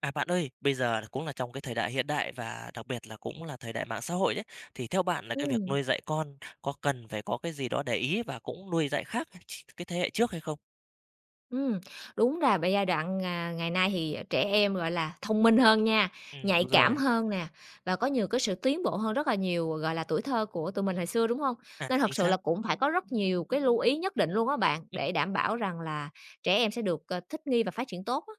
À, bạn ơi, bây giờ cũng là trong cái thời đại hiện đại và đặc biệt là cũng là thời đại mạng xã hội đấy, thì theo bạn là cái việc Ừ, nuôi dạy con có cần phải có cái gì đó để ý và cũng nuôi dạy khác cái thế hệ trước hay không? ừm, đúng là giai đoạn, ngày nay thì trẻ em, gọi là, thông minh hơn nha, nhạy Đúng cảm rồi. hơn nè, và có nhiều cái sự tiến bộ hơn rất là nhiều, gọi là, tuổi thơ của tụi mình hồi xưa, đúng không? À, Nên chính thật sự xác. là cũng phải có rất nhiều cái lưu ý nhất định luôn á bạn, Ừm. để đảm bảo rằng là trẻ em sẽ được, thích nghi và phát triển tốt á.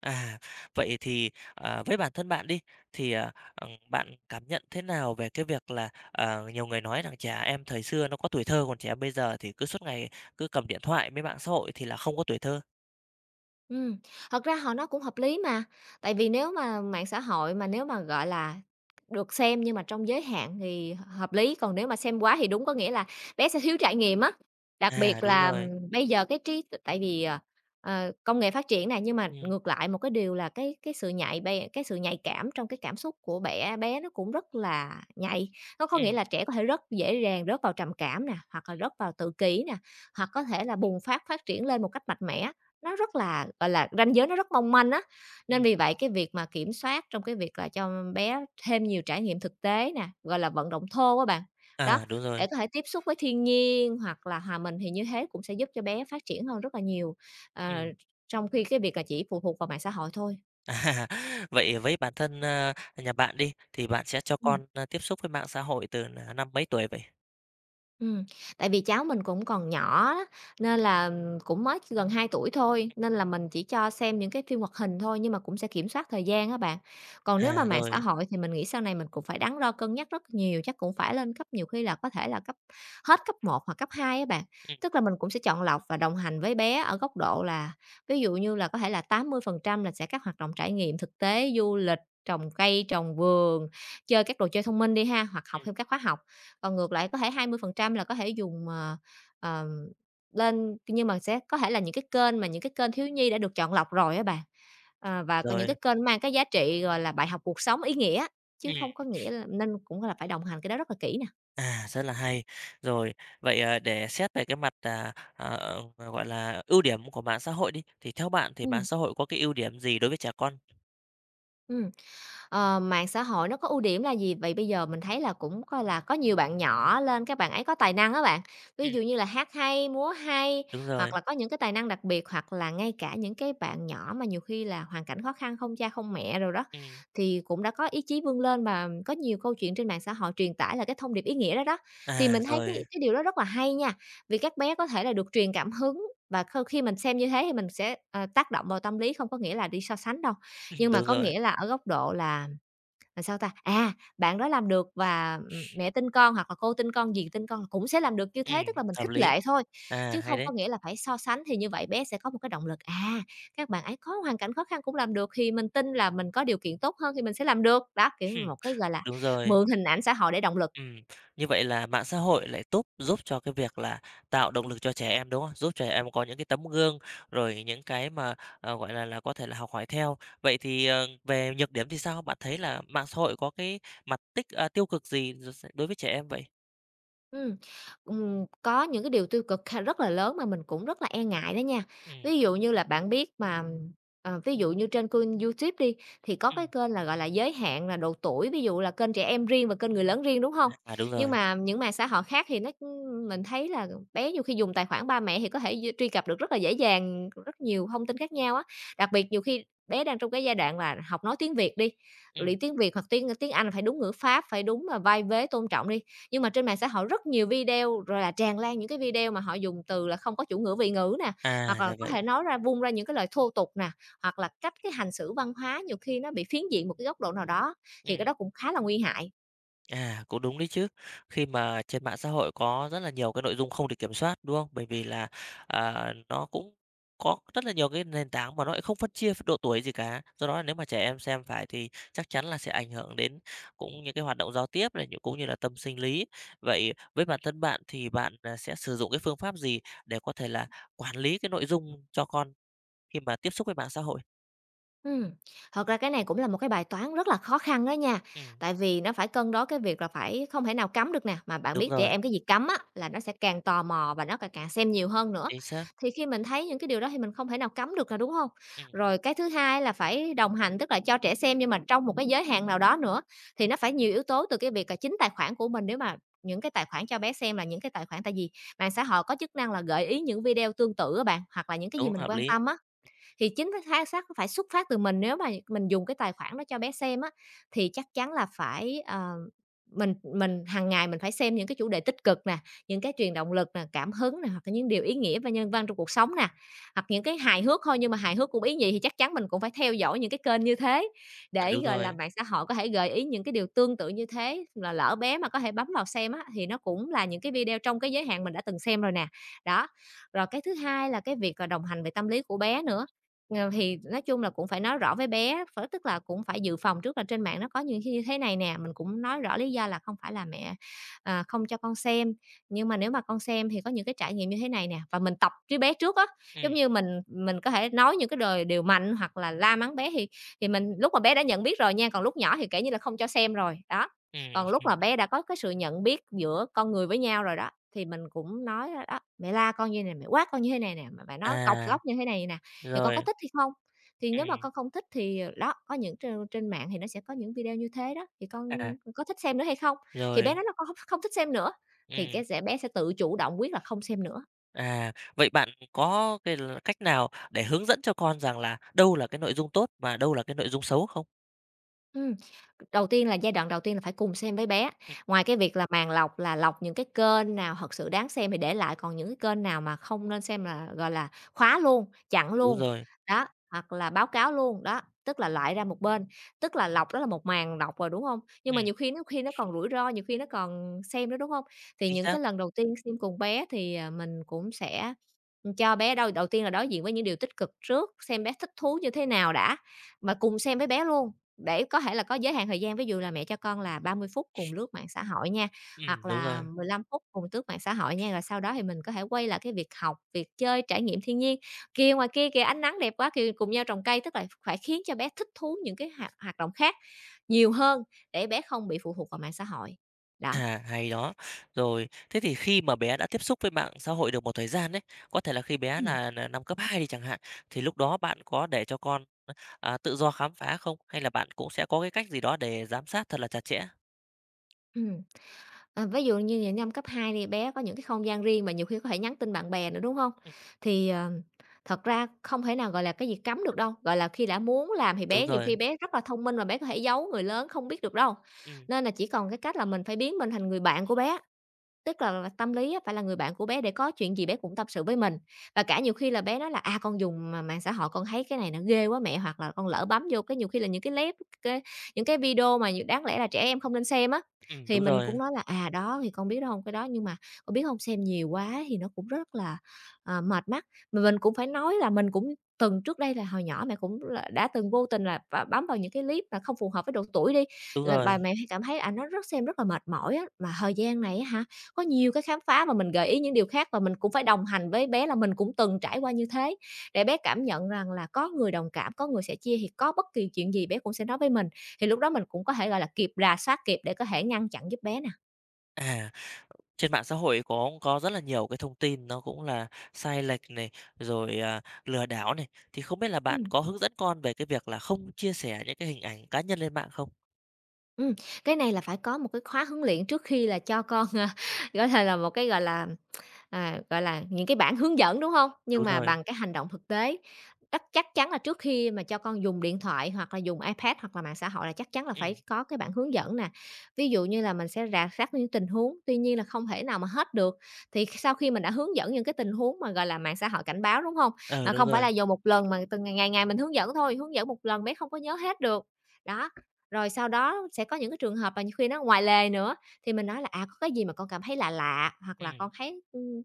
À, vậy thì, với bản thân bạn đi, thì, bạn cảm nhận thế nào về cái việc là, nhiều người nói rằng trẻ em thời xưa nó có tuổi thơ, còn trẻ em bây giờ thì cứ suốt ngày cứ cầm điện thoại với mạng xã hội thì là không có tuổi thơ? Ừm, Thật ra họ nói cũng hợp lý mà, tại vì nếu mà mạng xã hội mà nếu mà, gọi là, được xem nhưng mà trong giới hạn thì hợp lý, còn nếu mà xem quá thì đúng có nghĩa là bé sẽ thiếu trải nghiệm á. Đặc À, biệt đúng là rồi. bây giờ cái trí tại vì, công nghệ phát triển này, nhưng mà Ừm, ngược lại một cái điều là cái sự nhạy cảm trong cái cảm xúc của bé bé nó cũng rất là nhạy. Nó có nghĩa ừm, là trẻ có thể rất dễ dàng rớt vào trầm cảm nè, hoặc là rớt vào tự kỷ nè, hoặc có thể là bùng phát, phát triển lên một cách mạnh mẽ. Nó rất là, gọi là, ranh giới nó rất mong manh á, ừm. nên vì vậy cái việc mà kiểm soát trong cái việc là cho bé thêm nhiều trải nghiệm thực tế nè, gọi là, vận động thô á bạn, À, đó, đúng rồi. để có thể tiếp xúc với thiên nhiên hoặc là hòa mình thì như thế cũng sẽ giúp cho bé phát triển hơn rất là nhiều, ờ, Ừm. trong khi cái việc là chỉ phụ thuộc vào mạng xã hội thôi. À, vậy với bản thân, nhà bạn đi, thì bạn sẽ cho Ừm. con, tiếp xúc với mạng xã hội từ năm mấy tuổi vậy? Ừm, Tại vì cháu mình cũng còn nhỏ á, nên là, cũng mới gần 2 tuổi thôi, nên là mình chỉ cho xem những cái phim hoạt hình thôi, nhưng mà cũng sẽ kiểm soát thời gian á bạn. Còn nếu mà À, mạng xã rồi, hội thì mình nghĩ sau này mình cũng phải đắn đo cân nhắc rất nhiều, chắc cũng phải lên cấp, nhiều khi là có thể là cấp hết cấp 1 hoặc cấp 2 á bạn. ừm, Tức là mình cũng sẽ chọn lọc và đồng hành với bé ở góc độ là, ví dụ như là có thể là 80% là sẽ các hoạt động trải nghiệm thực tế, du lịch, trồng cây, trồng vườn, chơi các đồ chơi thông minh đi ha, hoặc học ừm, thêm các khóa học. Còn ngược lại có thể 20% là có thể dùng, ờm, lên, nhưng mà sẽ có thể là những cái kênh thiếu nhi đã được chọn lọc rồi á bạn, và có những rồi, cái kênh mang cái giá trị, gọi là, bài học cuộc sống ý nghĩa, chứ không có ừm, nghĩa là nên cũng là phải đồng hành cái đó rất là kỹ nè. à, rất là hay. Rồi, vậy, à, để xét về cái mặt, gọi là, ưu điểm của mạng xã hội đi, thì theo bạn thì mạng Ừm, xã hội có cái ưu điểm gì đối với trẻ con? ừm. Mạng xã hội nó có ưu điểm là gì? Vậy bây giờ mình thấy là cũng coi là có nhiều bạn nhỏ lên, các bạn ấy có tài năng á bạn. Ví Ừm, dụ như là hát hay, múa hay, đúng rồi, hoặc là có những cái tài năng đặc biệt, hoặc là ngay cả những cái bạn nhỏ mà nhiều khi là hoàn cảnh khó khăn, không cha không mẹ rồi đó, ừm, thì cũng đã có ý chí vươn lên và có nhiều câu chuyện trên mạng xã hội truyền tải là cái thông điệp ý nghĩa đó đó. Thì à, mình thấy rồi, cái điều đó rất là hay nha, vì các bé có thể là được truyền cảm hứng, và khi mình xem như thế thì mình sẽ, tác động vào tâm lý, không có nghĩa là đi so sánh đâu, Ừ, nhưng mà đúng có rồi, nghĩa là ở góc độ là sao ta? À, bạn đó làm được, và, mẹ tin con hoặc là cô tin con, dì tin con cũng sẽ làm được như thế, ừm, tức là mình hợp khích lý, lệ thôi, à, chứ hay không đấy, có nghĩa là phải so sánh, thì như vậy bé sẽ có một cái động lực, các bạn ấy có hoàn cảnh khó khăn cũng làm được thì mình tin là mình có điều kiện tốt hơn thì mình sẽ làm được. Đó, kiểu, Ừ, một cái, gọi là, đúng rồi. mượn hình ảnh xã hội để động lực. Ừm, như vậy là mạng xã hội lại giúp cho cái việc là tạo động lực cho trẻ em, đúng không? Giúp trẻ em có những cái tấm gương, rồi những cái mà, gọi là, có thể là học hỏi theo. Vậy thì, về nhược điểm thì sao? Bạn thấy là mạng xã hội có cái mặt tiêu cực gì đối với trẻ em vậy? Ừm, có những cái điều tiêu cực rất là lớn mà mình cũng rất là e ngại đó nha. Ừm, Ví dụ như là bạn biết mà, ví dụ như trên kênh YouTube đi, thì có cái ừm, kênh là, gọi là, giới hạn là độ tuổi, ví dụ là kênh trẻ em riêng và kênh người lớn riêng, đúng không? à, đúng Nhưng rồi. mà những mạng xã hội khác thì mình thấy là bé nhiều khi dùng tài khoản ba mẹ thì có thể truy cập được rất là dễ dàng, rất nhiều thông tin khác nhau á. Đặc biệt nhiều khi bé đang trong cái giai đoạn là học nói tiếng Việt đi, Ừm, luyện tiếng Việt hoặc tiếng tiếng Anh phải đúng ngữ pháp, phải đúng, vai vế, tôn trọng đi, nhưng mà trên mạng xã hội rất nhiều video, rồi là tràn lan những cái video mà họ dùng từ là không có chủ ngữ vị ngữ nè, à, hoặc là ra có vậy. thể nói ra vung ra những cái lời thô tục nè, hoặc là cách cái hành xử văn hóa nhiều khi nó bị phiến diện một cái góc độ nào đó, thì Ừm. cái đó cũng khá là nguy hại. À, cũng đúng đấy chứ. Khi mà trên mạng xã hội có rất là nhiều cái nội dung không được kiểm soát, đúng không? Bởi vì là, à, nó cũng có rất là nhiều cái nền tảng mà nó lại không phân chia độ tuổi gì cả. Do đó nếu mà trẻ em xem phải thì chắc chắn là sẽ ảnh hưởng đến cũng như cái hoạt động giao tiếp này, cũng như là tâm sinh lý. Vậy với bản thân bạn thì bạn, à, sẽ sử dụng cái phương pháp gì để có thể là quản lý cái nội dung cho con khi mà tiếp xúc với mạng xã hội? Ừm, Thật ra cái này cũng là một cái bài toán rất là khó khăn đó nha, Ừm, tại vì nó phải cân đối cái việc là phải không thể nào cấm được nè, mà bạn đúng biết trẻ rồi, em cái gì cấm á là nó sẽ càng tò mò và nó càng càng xem nhiều hơn nữa. chính xác. Thì khi mình thấy những cái điều đó thì mình không thể nào cấm được, là đúng không? Ừm, Rồi cái thứ hai là phải đồng hành, tức là cho trẻ xem nhưng mà trong một cái giới hạn nào đó nữa, thì nó phải nhiều yếu tố từ cái việc là chính tài khoản của mình. Nếu mà những cái tài khoản cho bé xem là những cái tài khoản, tại vì mạng xã hội có chức năng là gợi ý những video tương tự á bạn, hoặc là những cái gì đúng, mình hợp quan lý. tâm á, thì chính cái thái xác phải xuất phát từ mình. Nếu mà mình dùng cái tài khoản đó cho bé xem á, thì chắc chắn là phải, mình hàng ngày mình phải xem những cái chủ đề tích cực nè, những cái truyền động lực nè, cảm hứng nè, hoặc là những điều ý nghĩa và nhân văn trong cuộc sống nè, hoặc những cái hài hước thôi nhưng mà hài hước cũng ý nhị, thì chắc chắn mình cũng phải theo dõi những cái kênh như thế, À, để, đúng gọi là, rồi. mạng xã hội có thể gợi ý những cái điều tương tự như thế, là lỡ bé mà có thể bấm vào xem á, thì nó cũng là những cái video trong cái giới hạn mình đã từng xem rồi nè. Đó, rồi cái thứ hai là cái việc là đồng hành về tâm lý của bé nữa. Thì nói chung là cũng phải nói rõ với bé, tức là cũng phải dự phòng trước là trên mạng nó có những cái như thế này nè, mình cũng nói rõ lý do là không phải là mẹ, không cho con xem, nhưng mà nếu mà con xem thì có những cái trải nghiệm như thế này nè. Và mình tập với bé trước á, Ừm, giống như mình có thể nói những cái điều mạnh hoặc là la mắng bé, thì mình lúc mà bé đã nhận biết rồi nha, còn lúc nhỏ thì kể như là không cho xem rồi, đó. Còn lúc ừm. mà bé đã có cái sự nhận biết giữa con người với nhau rồi đó, thì mình cũng nói đó: "Mẹ la con như này, mẹ quát con như thế này nè, mà mẹ nói cọc À, lóc như thế này nè." "Thì con có rồi, thích hay không?" Thì nếu mà ừm, con không thích thì, đó, có những trên trên mạng thì nó sẽ có những video như thế đó, thì: "Con à, có thích xem nữa hay không?" Thì bé rồi, nói là: "Con không thích xem nữa." Thì ừm, cái sẽ bé sẽ tự chủ động quyết là không xem nữa. à, vậy bạn có cái cách nào để hướng dẫn cho con rằng là đâu là cái nội dung tốt và đâu là cái nội dung xấu không? Ừm, đầu tiên là giai đoạn đầu tiên là phải cùng xem với bé. Ừm, Ngoài cái việc là màng lọc là lọc những cái kênh nào thật sự đáng xem thì để lại, còn những cái kênh nào mà không nên xem là, gọi là, khóa luôn, chặn đúng luôn, rồi, đó, hoặc là báo cáo luôn, đó, tức là loại ra một bên. Tức là lọc đó là một màng lọc rồi, đúng hông? Nhưng mà ừm, nhiều khi nó còn rủi ro, nhiều khi nó còn xem nữa, đúng hông? Thì chính những xác, cái lần đầu tiên xem cùng bé thì, à, mình cũng sẽ, cho bé đầu tiên là đối diện với những điều tích cực trước, xem bé thích thú như thế nào đã, mà cùng xem với bé luôn. Để có thể là có giới hạn thời gian, ví dụ là mẹ cho con là 30 phút cùng lướt mạng xã hội nha, hoặc đúng là rồi, 15 phút cùng tước mạng xã hội nha, rồi sau đó thì mình có thể quay lại cái việc học, việc chơi, trải nghiệm thiên nhiên. Kia ngoài kia kìa, ánh nắng đẹp quá, kìa, cùng nhau trồng cây, tức là phải khiến cho bé thích thú những cái hoạt hoạt động khác nhiều hơn để bé không bị phụ thuộc vào mạng xã hội. Đó. à, hay đó. Rồi, thế thì khi mà bé đã tiếp xúc với mạng xã hội được một thời gian đấy, có thể là khi bé Ừm, là năm cấp 2 đi chẳng hạn, thì lúc đó bạn có để cho con, à, tự do khám phá không? Hay là bạn cũng sẽ có cái cách gì đó để giám sát thật là chặt chẽ? ừm. Ờ, ví dụ như những năm cấp 2 thì bé có những cái không gian riêng mà nhiều khi có thể nhắn tin bạn bè nữa, đúng không? Ừm, Thì, thật ra không thể nào, gọi là, cái gì cấm được đâu, gọi là, khi đã muốn làm thì đúng bé nhiều rồi, khi bé rất là thông minh mà bé có thể giấu người lớn không biết được đâu. ừm, Nên là chỉ còn cái cách là mình phải biến mình thành người bạn của bé. Tức là tâm lý á phải là người bạn của bé để có chuyện gì bé cũng tâm sự với mình. Và cả nhiều khi là bé nói là "À, con dùng mà mạng xã hội con thấy cái này nó ghê quá mẹ" hoặc là "Con lỡ bấm vô", cái nhiều khi là những cái clip, cái những cái video mà đáng lẽ là trẻ em không nên xem á, thì đúng mình cũng rồi. nói là "À, đó, thì con biết đó hông, cái đó, nhưng mà con biết không xem nhiều quá thì nó cũng rất là, à, mệt mắt." Mà mình cũng phải nói là mình cũng từng trước đây là hồi nhỏ mẹ cũng là đã từng vô tình là bấm vào những cái clip mà không phù hợp với độ tuổi đi, Đúng là rồi. bà mẹ hay cảm thấy, à, nó rất xem rất là mệt mỏi á, mà thời gian này á hả, có nhiều cái khám phá và mình gợi ý những điều khác và mình cũng phải đồng hành với bé là mình cũng từng trải qua như thế, để bé cảm nhận rằng là có người đồng cảm, có người sẻ chia thì có bất kỳ chuyện gì bé cũng sẽ nói với mình, thì lúc đó mình cũng có thể, gọi là, kịp rà soát kịp để có thể ngăn chặn giúp bé nè. À, trên mạng xã hội có rất là nhiều cái thông tin nó cũng là sai lệch này, rồi, à, lừa đảo này, thì không biết là bạn Ừm, có hướng dẫn con về cái việc là không chia sẻ những cái hình ảnh cá nhân lên mạng không? ừm, cái này là phải có một cái khóa huấn luyện trước khi là cho con, gọi là một cái, gọi là, à, gọi là, những cái bản hướng dẫn, đúng không? Nhưng Đúng mà rồi. bằng cái hành động thực tế. Chắc chắn là trước khi mà cho con dùng điện thoại hoặc là dùng iPad hoặc là mạng xã hội là chắc chắn là Ừ phải có cái bản hướng dẫn nè. Ví dụ như là mình sẽ rà soát những tình huống, tuy nhiên là không thể nào mà hết được. Thì sau khi mình đã hướng dẫn những cái tình huống mà, gọi là, mạng xã hội cảnh báo, đúng không? ờ, Mà đúng không phải rồi. là dùng một lần mà từng ngày, ngày ngày mình hướng dẫn thôi, hướng dẫn một lần bé không có nhớ hết được. Đó, rồi sau đó sẽ có những cái trường hợp mà nhiều khi nó ngoài lề nữa, thì mình nói là "À, có cái gì mà con cảm thấy lạ lạ, hoặc Ừ là con thấy.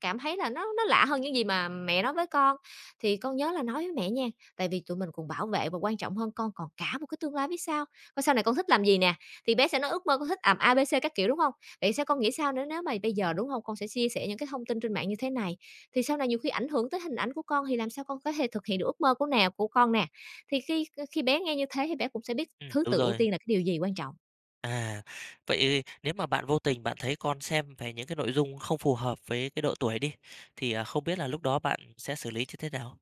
Cảm thấy là nó lạ hơn những gì mà mẹ nói với con. Thì con nhớ là nói với mẹ nha, tại vì tụi mình cùng bảo vệ và quan trọng hơn con còn cả một cái tương lai phía sau. Coi sau này con thích làm gì nè, thì bé sẽ nói ước mơ con thích làm A, B, C các kiểu, đúng không? Vậy sao con nghĩ sao nữa nếu mà bây giờ, đúng không, con sẽ chia sẻ những cái thông tin trên mạng như thế này, thì sau này nhiều khi ảnh hưởng tới hình ảnh của con thì làm sao con có thể thực hiện được ước mơ nào của con nè. Thì khi khi bé nghe như thế thì bé cũng sẽ biết thứ đúng tự ưu rồi. tiên là cái điều gì quan trọng. À, vậy nếu mà bạn vô tình bạn thấy con xem về những cái nội dung không phù hợp với cái độ tuổi đi, thì, à, không biết là lúc đó bạn sẽ xử lý như thế nào?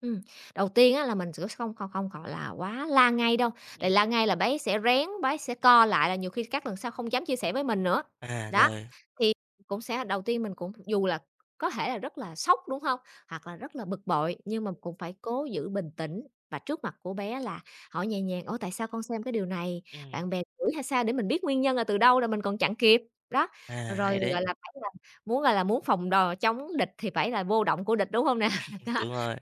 Ừm, đầu tiên á là mình sẽ không không không, gọi là, quá la ngay đâu, Ừm, tại la ngay là bé sẽ rén, bé sẽ co lại, là nhiều khi các lần sau không dám chia sẻ với mình nữa. à, Đó, rồi, thì cũng sẽ đầu tiên mình cũng dù là có thể là rất là sốc, đúng không, hoặc là rất là bực bội, nhưng mà cũng phải cố giữ bình tĩnh và trước mặt của bé là hỏi nhẹ nhàng: "Ủa, tại sao con xem cái điều này? ừ Bạn bè gửi hay sao?" Để mình biết nguyên nhân là từ đâu là mình còn chặn kịp. Đó, à, hay rồi, đấy, gọi là, phải là muốn, gọi là, muốn phòng đò chống địch thì phải là vô động của địch, đúng không nè? Đó. đúng rồi,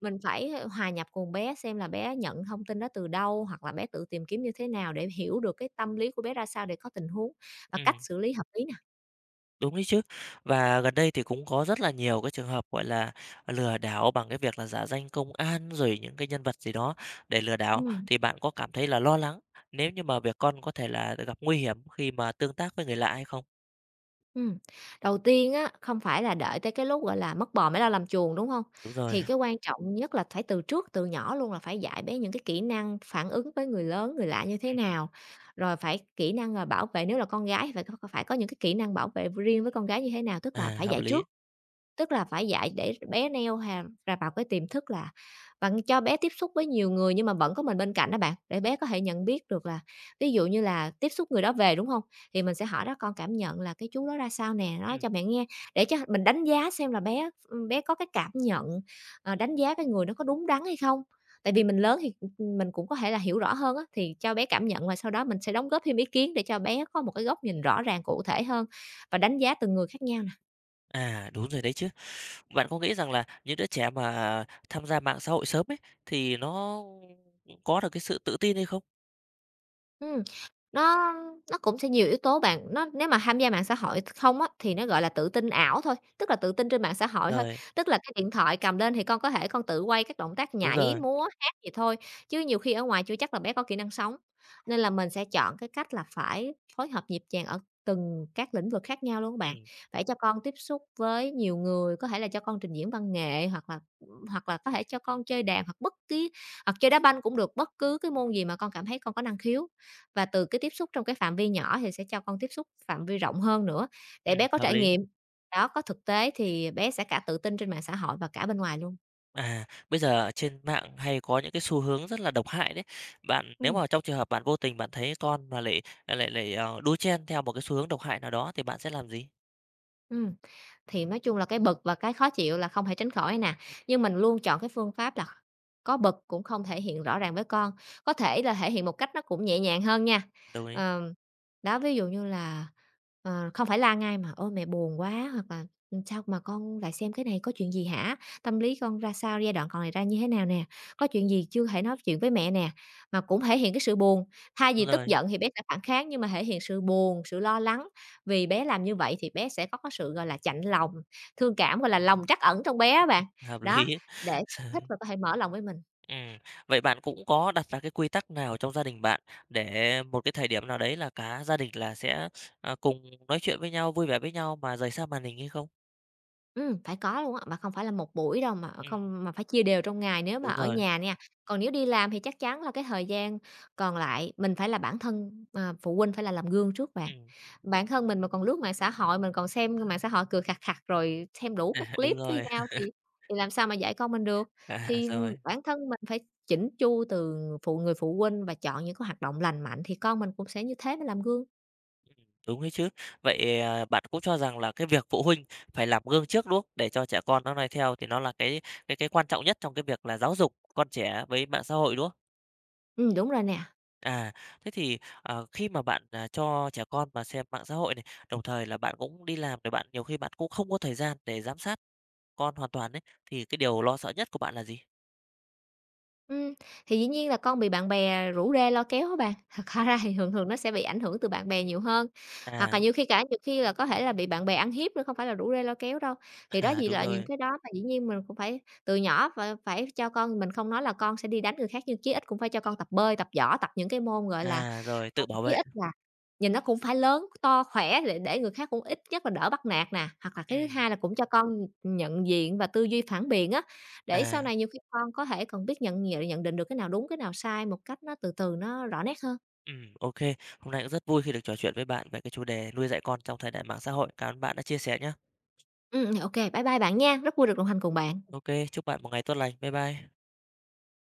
Mình phải hòa nhập cùng bé xem là bé nhận thông tin đó từ đâu, hoặc là bé tự tìm kiếm như thế nào để hiểu được cái tâm lý của bé ra sao để có tình huống và cách ừm. xử lý hợp lý nè. Đúng đấy chứ. Và gần đây thì cũng có rất là nhiều cái trường hợp, gọi là, lừa đảo bằng cái việc là giả danh công an, rồi những cái nhân vật gì đó để lừa đảo, Ừm, thì bạn có cảm thấy là lo lắng nếu như mà việc con có thể là gặp nguy hiểm khi mà tương tác với người lạ hay không? ừm. Đầu tiên á, không phải là đợi tới cái lúc, gọi là, mất bò mới la làm chuồng, đúng không? Đúng rồi. Thì cái quan trọng nhất là phải từ trước, từ nhỏ luôn là phải dạy bé những cái kỹ năng phản ứng với người lớn, người lạ như thế Ừm, nào, rồi phải kỹ năng, là bảo vệ, nếu là con gái phải có những cái kỹ năng bảo vệ riêng với con gái như thế nào, tức là à, phải hợp dạy lý. trước. Tức là phải dạy để bé neo hàm ra vào cái tiềm thức là bạn cho bé tiếp xúc với nhiều người nhưng mà vẫn có mình bên cạnh đó bạn, để bé có thể nhận biết được, là ví dụ như là tiếp xúc người đó về, đúng không? Thì mình sẽ hỏi đó: "Con cảm nhận là cái chú đó ra sao nè? Nói Ừm, cho mẹ nghe." Để cho mình đánh giá xem là bé, ừ, bé có cái cảm nhận, đánh giá cái người đó có đúng đắn hay không. Tại vì mình lớn thì, ừ, ừ, mình cũng có thể là hiểu rõ hơn á, thì cho bé cảm nhận và sau đó mình sẽ đóng góp thêm ý kiến để cho bé có một cái góc nhìn rõ ràng, cụ thể hơn và đánh giá từng người khác nhau. à, đúng rồi đấy chứ. Bạn có nghĩ rằng là những đứa trẻ mà tham gia mạng xã hội sớm ấy, thì nó có được cái sự tự tin hay không? Ừm, nó nó cũng sẽ nhiều yếu tố bạn. Nó nếu mà tham gia mạng xã hội không á, thì nó gọi là tự tin ảo thôi, tức là tự tin trên mạng xã hội thôi. Rồi, Tức là cái điện thoại cầm lên thì con có thể con tự quay các động tác đúng nhảy, rồi. múa, hát gì thôi, chứ nhiều khi ở ngoài chưa chắc là bé có kỹ năng sống. Nên là mình sẽ chọn cái cách là phải phối hợp nhịp nhàng ở từng các lĩnh vực khác nhau luôn á bạn. Ừm, Phải cho con tiếp xúc với nhiều người, có thể là cho con trình diễn văn nghệ hoặc là có thể cho con chơi đàn hoặc bất kỳ, hoặc chơi đá banh cũng được, bất cứ cái môn gì mà con cảm thấy con có năng khiếu. Và từ cái tiếp xúc trong cái phạm vi nhỏ thì sẽ cho con tiếp xúc phạm vi rộng hơn nữa, để bé có hợp trải lý. nghiệm, đó, có thực tế thì bé sẽ cả tự tin trên mạng xã hội và cả bên ngoài luôn. À, bây giờ ở trên mạng hay có những cái xu hướng rất là độc hại đấy. Bạn nếu Ừm, mà trong trường hợp bạn vô tình bạn thấy con mà lại lại lại, đu chen theo một cái xu hướng độc hại nào đó thì bạn sẽ làm gì? ừm. Thì nói chung là cái bực và cái khó chịu là không thể tránh khỏi nè, nhưng mình luôn chọn cái phương pháp là có bực cũng không thể hiện rõ ràng với con, có thể là thể hiện một cách nó cũng nhẹ nhàng hơn nha. Đồng ý. Ờm, đó, ví dụ như là, không phải la ngay mà "Ôi, mẹ buồn quá", hoặc là sao mà con lại xem cái này, có chuyện gì hả? Tâm lý con ra sao, giai đoạn còn này ra như thế nào nè? Có chuyện gì chưa thể nói chuyện với mẹ nè?" Mà cũng thể hiện cái sự buồn, thay vì Đúng tức rồi, giận thì bé sẽ phản kháng, nhưng mà thể hiện sự buồn, sự lo lắng vì bé làm như vậy thì bé sẽ có cái sự, gọi là, chạnh lòng, thương cảm, gọi là, lòng trắc ẩn trong bé á bạn. hợp Đó, lý. để thích và có thể mở lòng với mình. Ừm, vậy bạn cũng có đặt ra cái quy tắc nào trong gia đình bạn để một cái thời điểm nào đấy là cả gia đình là sẽ, cùng nói chuyện với nhau, vui vẻ với nhau mà rời xa màn hình hay không? Phải có luôn á, mà không phải là một buổi đâu, mà Ừm, không mà phải chia đều trong ngày nếu mà đúng ở rồi, nhà nha. Còn nếu đi làm thì chắc chắn là cái thời gian còn lại mình phải là bản thân, phụ huynh phải là làm gương trước bạn. ừm, Bản thân mình mà còn lướt mạng xã hội, mình còn xem mạng xã hội cười khặt khặt rồi xem đủ các đúng clip với rồi. nhau thì làm sao mà dạy con mình được. À, Thì rồi. bản thân mình phải chỉnh chu từ phụ huynh và chọn những cái hoạt động lành mạnh thì con mình cũng sẽ như thế mới làm gương. Đúng đấy chứ. Vậy, à, bạn cũng cho rằng là cái việc phụ huynh phải làm gương trước, đúng không? Để cho trẻ con nó noi theo thì nó là cái quan trọng nhất trong cái việc là giáo dục con trẻ với mạng xã hội, đúng không? Đúng rồi nè. À, thế thì, khi mà bạn, à, cho trẻ con mà xem mạng xã hội này, đồng thời là bạn cũng đi làm rồi bạn nhiều khi bạn cũng không có thời gian để giám sát con hoàn toàn đấy thì cái điều lo sợ nhất của bạn là gì? Ừm, thì dĩ nhiên là con bị bạn bè rủ rê lôi kéo á bạn, thật Ừm, ra ra thì thường thường nó sẽ bị ảnh hưởng từ bạn bè nhiều hơn. Hoặc à, là nhiều khi là có thể là bị bạn bè ăn hiếp nữa, không phải là rủ rê lôi kéo đâu. Thì đó à, gì đúng là những rồi, cái đó mà dĩ nhiên mình cũng phải từ nhỏ phải phải cho con mình, không nói là con sẽ đi đánh người khác, nhưng chí ít cũng phải cho con tập bơi, tập võ, tập những cái môn, gọi là, à, rồi Ờ, tự bảo chí vệ. ít là nhìn nó cũng phải lớn, to, khỏe để người khác cũng ít nhất là đỡ bắt nạt nè, hoặc là cái thứ Ừm, hai là cũng cho con nhận diện và tư duy phản biện á, để sau à. này nhiều khi con có thể còn biết nhận nhận nhận định được cái nào đúng, cái nào sai một cách nó từ từ, nó rõ nét hơn. Ok. Hôm nay cũng rất vui khi được trò chuyện với bạn về cái chủ đề nuôi dạy con trong thời đại mạng xã hội. Cảm ơn bạn đã chia sẻ nhé. Ô bye bye bạn nha, rất vui được đồng hành cùng bạn. Ok, chúc bạn một ngày tốt lành. Bye bye.